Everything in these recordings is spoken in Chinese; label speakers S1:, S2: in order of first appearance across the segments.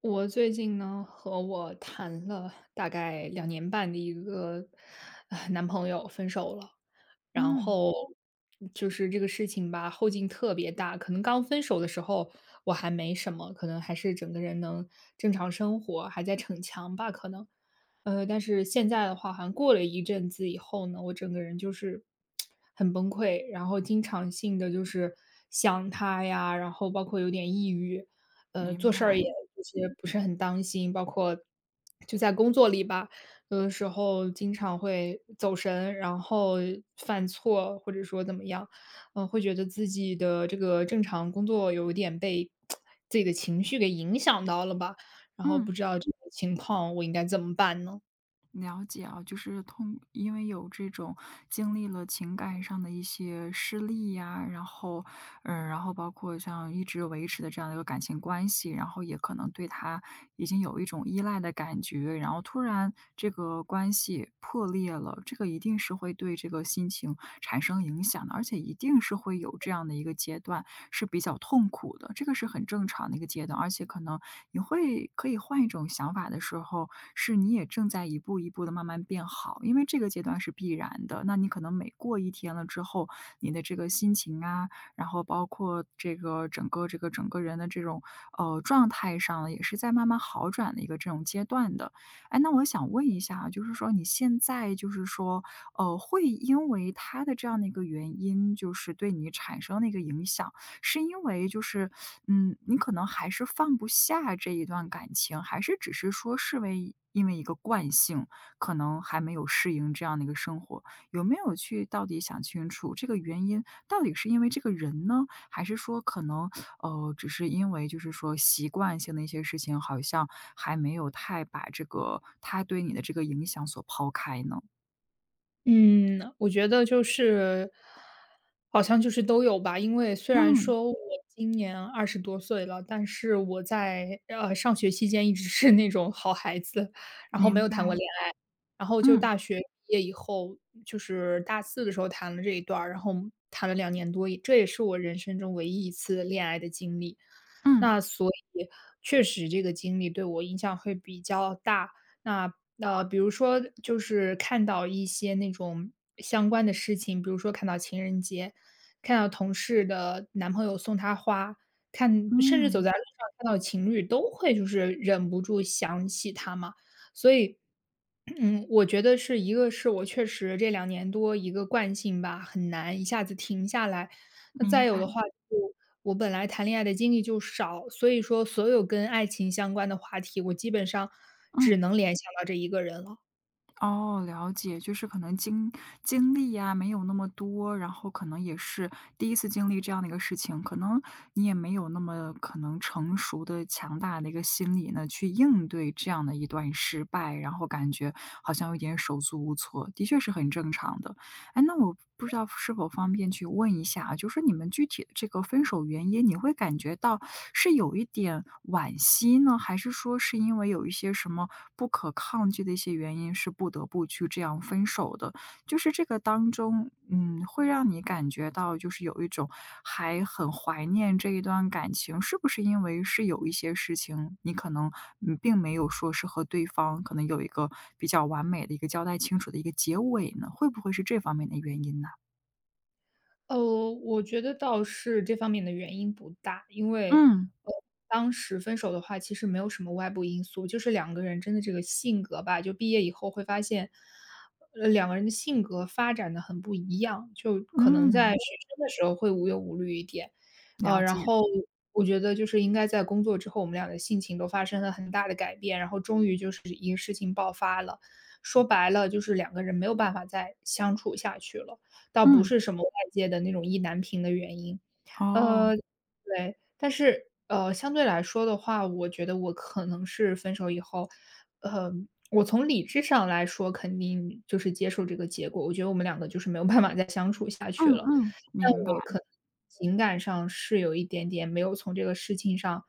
S1: 我最近呢，和我谈了大概两年半的一个，男朋友分手了。然
S2: 嗯，
S1: 后就是这个事情吧，后劲特别大，可能刚分手的时候我还没什么，可能还是整个人能正常生活，还在逞强吧可能。但是现在的话，好像过了一阵子以后呢，我整个人就是很崩溃，然后经常性的就是想他呀，然后包括有点抑郁。做
S2: 明
S1: 事儿
S2: 白，
S1: 也就是不是很当心，包括就在工作里吧，有的时候经常会走神，然后犯错，或者说怎么样，嗯、会觉得自己的这个正常工作有一点被自己的情绪给影响到了吧，然后不
S2: 嗯，
S1: 知道这个情况我应该怎么办呢？
S2: 了解啊，就是因为有这种经历了情感上的一些失利呀，然后包括像一直维持的这样的一个感情关系，然后也可能对他已经有一种依赖的感觉，然后突然这个关系破裂了，这个一定是会对这个心情产生影响的，而且一定是会有这样的一个阶段是比较痛苦的，这个是很正常的一个阶段，而且可能你会可以换一种想法的时候，是你也正在一步一步的慢慢变好，因为这个阶段是必然的，那你可能每过一天了之后，你的这个心情啊，然后包括这个整个人的这种状态上，也是在慢慢好转的一个这种阶段的。哎，那我想问一下啊，就是说你现在就是说，会因为他的这样的一个原因，就是对你产生的一个影响，是因为就是,你可能还是放不下这一段感情，还是只是说视为因为一个惯性，可能还没有适应这样的一个生活，有没有去到底想清楚这个原因？到底是因为这个人呢，还是说可能只是因为就是说习惯性的一些事情，好像还没有太把这个他对你的这个影响所抛开呢？
S1: 嗯，我觉得就是好像就是都有吧。因为虽然
S2: 嗯，
S1: 说我今年二十多岁了，但是我在，上学期间一直是那种好孩子，然后没
S2: 明
S1: 有
S2: 白，
S1: 谈过恋爱。然后就
S2: 嗯
S1: 大学毕业以后，就是大四的时候谈了这一段儿，然后谈了两年多，这也是我人生中唯一一次恋爱的经历。
S2: 嗯
S1: 那所以确实这个经历对我影响会比较大。那比如说就是看到一些那种相关的事情，比如说看到情人节，看到同事的男朋友送她花，看甚至走
S2: 嗯，
S1: 在路上看到情侣都会就是忍不住想起他嘛。所以嗯，我觉得是一个是我确实这两年多一个惯性吧，很难一下子停下来。那再
S2: 明
S1: 有
S2: 白，
S1: 的话就我本来谈恋爱的经历就少，所以说所有跟爱情相关的话题，我基本上只
S2: 嗯。
S1: 能联想到这一个人了。
S2: 哦，了解，就是可能经历呀，没有那么多，然后可能也是第一次经历这样的一个事情，可能你也没有那么可能成熟的、强大的一个心理呢，去应对这样的一段失败，然后感觉好像有点手足无措，的确是很正常的。哎，那我不知道是否方便去问一下啊，就说你们具体的这个分手原因，你会感觉到是有一点惋惜呢，还是说是因为有一些什么不可抗拒的一些原因，是不得不去这样分手的？就是这个当中，会让你感觉到就是有一种还很怀念这一段感情，是不是因为是有一些事情你可能并没有说是和对方可能有一个比较完美的一个交代清楚的一个结尾呢？会不会是这方面的原因呢？
S1: 我觉得倒是这方面的原因不大，因为，
S2: 嗯
S1: 呃，当时分手的话，其实没有什么外部因素，就是两个人真的这个性格吧，就毕业以后会发现，两个人的性格发展的很不一样，就可能在学
S2: 嗯，
S1: 生的时候会无忧无虑一点，呃，
S2: 了
S1: 然
S2: 解，
S1: 后我觉得就是应该在工作之后，我们俩的性情都发生了很大的改变，然后终于就是一个事情爆发了，说白了就是两个人没有办法再相处下去了。倒不
S2: 嗯，
S1: 是什么外界的那种意难平的原因。
S2: 哦，
S1: 呃，对，但是，相对来说的话，我觉得我可能是分手以后，呃，我从理智上来说肯定就是接受这个结果，我觉得我们两个就是没有办法再相处下去
S2: 嗯
S1: 了。
S2: 嗯，
S1: 但
S2: 明白，
S1: 我可能情感上是有一点点没有从这个事情上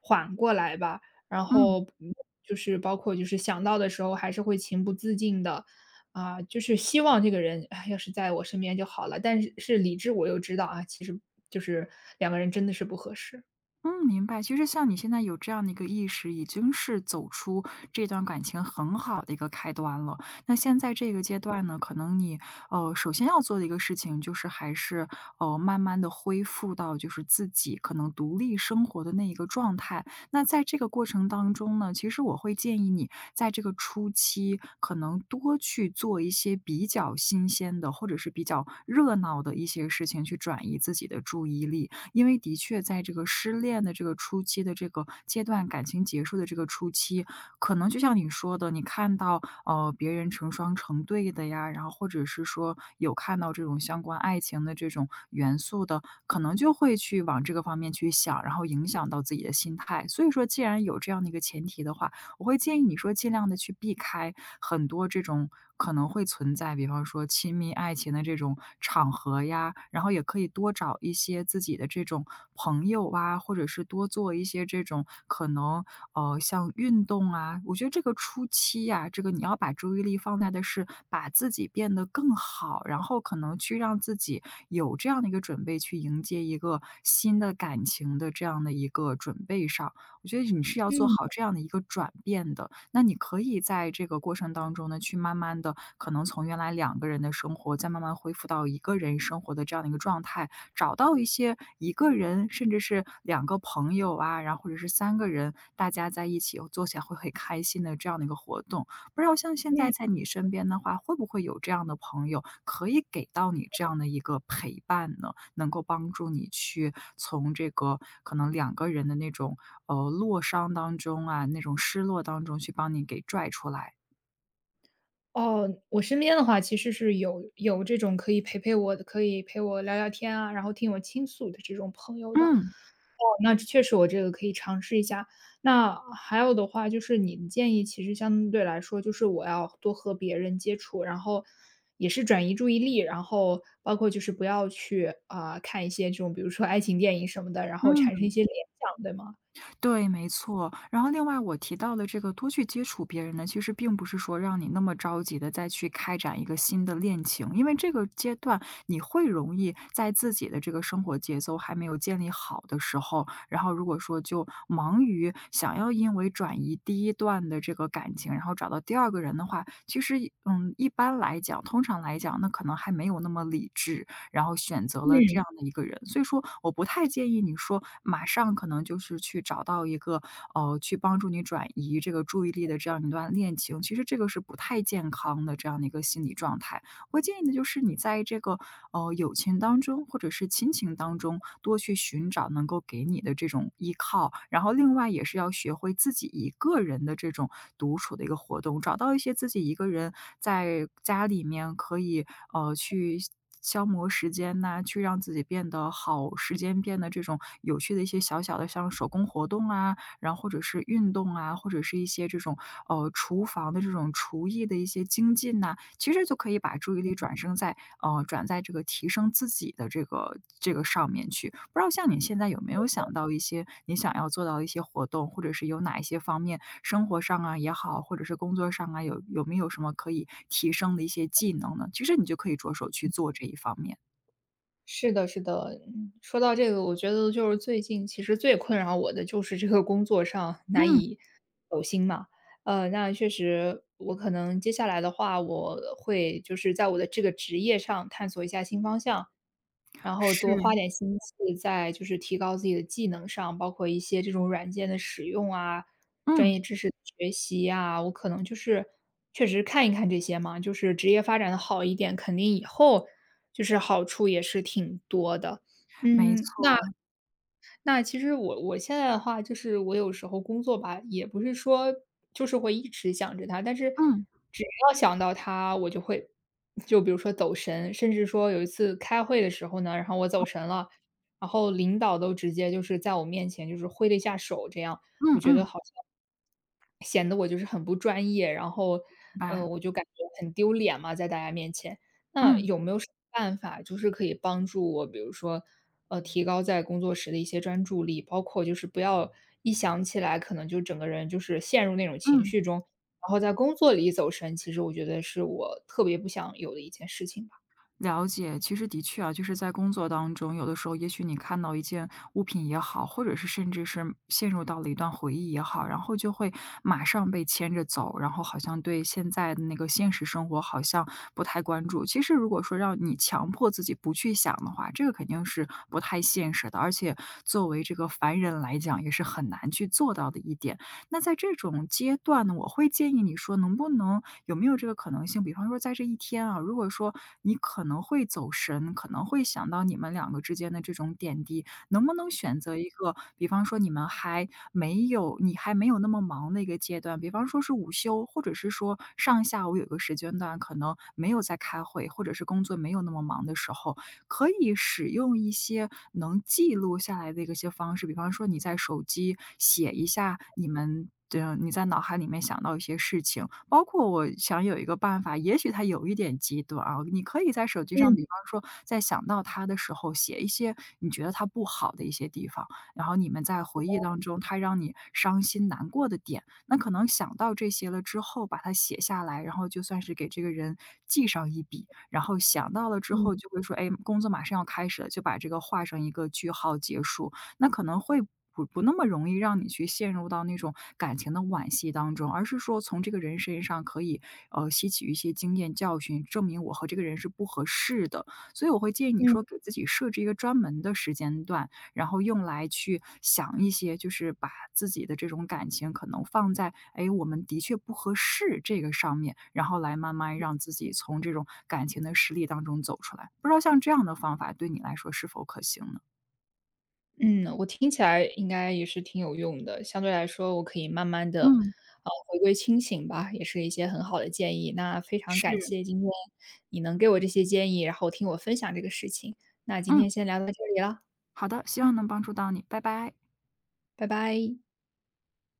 S1: 缓过来吧，然
S2: 嗯。
S1: 后，嗯就是包括就是想到的时候还是会情不自禁的。啊，就是希望这个人，哎要是在我身边就好了，但是是理智我又知道啊，其实就是两个人真的是不合适。
S2: 嗯，明白。其实像你现在有这样的一个意识，已经是走出这段感情很好的一个开端了。那现在这个阶段呢，可能你首先要做的一个事情就是，还是慢慢的恢复到就是自己可能独立生活的那一个状态。那在这个过程当中呢，其实我会建议你在这个初期，可能多去做一些比较新鲜的，或者是比较热闹的一些事情，去转移自己的注意力。因为的确在这个失恋的这个初期的这个阶段，感情结束的这个初期，可能就像你说的，你看到别人成双成对的呀，然后或者是说有看到这种相关爱情的这种元素的，可能就会去往这个方面去想，然后影响到自己的心态。所以说，既然有这样的一个前提的话，我会建议你说尽量的去避开很多这种可能会存在，比方说亲密爱情的这种场合呀，然后也可以多找一些自己的这种朋友啊，或者是多做一些这种可能，像运动啊。我觉得这个初期呀，这个你要把注意力放在的是把自己变得更好，然后可能去让自己有这样的一个准备去迎接一个新的感情的这样的一个准备上。我觉得你是要做好
S1: 嗯
S2: 这样的一个转变的。那你可以在这个过程当中呢，去慢慢的可能从原来两个人的生活，再慢慢恢复到一个人生活的这样的一个状态，找到一些一个人甚至是两个朋友啊，然后或者是三个人，大家在一起做起来会很开心的这样的一个活动。不知道像现在
S1: 嗯。
S2: 在你身边的话，会不会有这样的朋友可以给到你这样的一个陪伴呢？能够帮助你去从这个可能两个人的那种落伤当中啊，那种失落当中去帮你给拽出来。
S1: 哦，我身边的话其实是有这种可以陪陪我的，可以陪我聊聊天啊，然后听我倾诉的这种朋友的。
S2: 嗯，
S1: 那确实我这个可以尝试一下。那还有的话就是你的建议其实相对来说，就是我要多和别人接触，然后也是转移注意力，然后包括就是不要去，啊，看一些这种比如说爱情电影什么的，然后产生一
S2: 嗯，
S1: 些联想，对吗？
S2: 对，没错。然后另外我提到的这个多去接触别人呢，其实并不是说让你那么着急的再去开展一个新的恋情，因为这个阶段你会容易在自己的这个生活节奏还没有建立好的时候，然后如果说就忙于想要因为转移第一段的这个感情，然后找到第二个人的话，其实,一般来讲，通常来讲，那可能还没有那么理智。然后选择了这
S1: 嗯。
S2: 样的一个人。所以说我不太建议你说马上可能就是去找到一个，去帮助你转移这个注意力的这样一段恋情，其实这个是不太健康的这样的一个心理状态。我建议的就是你在这个友情当中，或者是亲情当中，多去寻找能够给你的这种依靠。然后，另外也是要学会自己一个人的这种独处的一个活动，找到一些自己一个人在家里面可以去消磨时间呐、去让自己变得好，时间变得这种有趣的一些小小的像手工活动啊，然后或者是运动啊，或者是一些这种厨房的这种厨艺的一些精进呐、其实就可以把注意力转在这个提升自己的这个上面去。不知道像你现在有没有想到一些你想要做到的一些活动，或者是有哪一些方面，生活上啊也好，或者是工作上啊，有没有什么可以提升的一些技能呢？其实你就可以着手去做这一方面。
S1: 是的，是的，嗯说到这个，我觉得就是最近其实最困扰我的就是这个工作上难
S2: 嗯，
S1: 以走心嘛。那确实，我可能接下来的话，我会就是在我的这个职业上探索一下新方向，然后
S2: 是，
S1: 多花点心思在就是提高自己的技能上，包括一些这种软件的使用啊，专
S2: 嗯，
S1: 业知识的学习啊，我可能就是确实看一看这些嘛，就是职业发展的好一点，肯定以后就是好处也是挺多的。
S2: 没
S1: 嗯，那
S2: 错，
S1: 那其实我现在的话，就是我有时候工作吧，也不是说就是会一直想着他，但是
S2: 嗯，
S1: 只要想到他，我就会就比如说走神，甚至说有一次开会的时候呢，然后我走神了，然后领导都直接就是在我面前就是挥了一下手，这样我
S2: 嗯
S1: 觉得
S2: 嗯，
S1: 好像显得我就是很不专业，然后
S2: 明
S1: 嗯，
S2: 白，
S1: 我就感觉很丢脸嘛，在大家面前。那
S2: 嗯，
S1: 有没有什么办法，就是可以帮助我，比如说，提高在工作时的一些专注力，包括就是不要一想起来，可能就整个人就是陷入那种情
S2: 嗯。
S1: 绪中，然后在工作里走神，其实我觉得是我特别不想有的一件事情吧。
S2: 了解，其实的确啊，就是在工作当中，有的时候也许你看到一件物品也好，或者是甚至是陷入到了一段回忆也好，然后就会马上被牵着走，然后好像对现在的那个现实生活好像不太关注。其实如果说让你强迫自己不去想的话，这个肯定是不太现实的，而且作为这个凡人来讲，也是很难去做到的一点。那在这种阶段呢，我会建议你说，能不能有没有这个可能性？比方说在这一天啊，如果说你可能会走神，可能会想到你们两个之间的这种点滴，能不能选择一个，比方说你还没有那么忙的一个阶段，比方说是午休，或者是说上下午有个时间段可能没有在开会，或者是工作没有那么忙的时候，可以使用一些能记录下来的一个些方式，比方说你在手机写一下你们的你在脑海里面想到一些事情，包括我想有一个办法，也许它有一点极端啊，你可以在手机上，
S1: 嗯
S2: 比方说在想到它的时候，写一些你觉得它不好的一些地方，然后你们在回忆当中，它让你伤心难过的点，那可能想到这些了之后，把它写下来，然后就算是给这个人记上一笔，然后想到了之
S1: 嗯
S2: 后就
S1: 嗯。
S2: 会说，哎，工作马上要开始了，就把这个画上一个句号结束，那可能会。不那么容易让你去陷入到那种感情的惋惜当中，而是说从这个人身上可以吸取一些经验教训，证明我和这个人是不合适的。所以我会建议你说给自己设置一个专门的时间段，然后用来去想一些，就是把自己的这种感情可能放在，哎，我们的确不合适这个上面，然后来慢慢让自己从这种感情的实力当中走出来。不知道像这样的方法对你来说是否可行呢？
S1: 嗯，我听起来应该也是挺有用的。相对来说，我可以慢慢的，
S2: 嗯，
S1: 回归清醒吧，也是一些很好的建议。那非常
S2: 是，
S1: 感谢今天你能给我这些建议，然后听我分享这个事情。那今
S2: 嗯，
S1: 天先聊到这里了，
S2: 好的，希望能帮助到你，拜拜。
S1: 拜拜。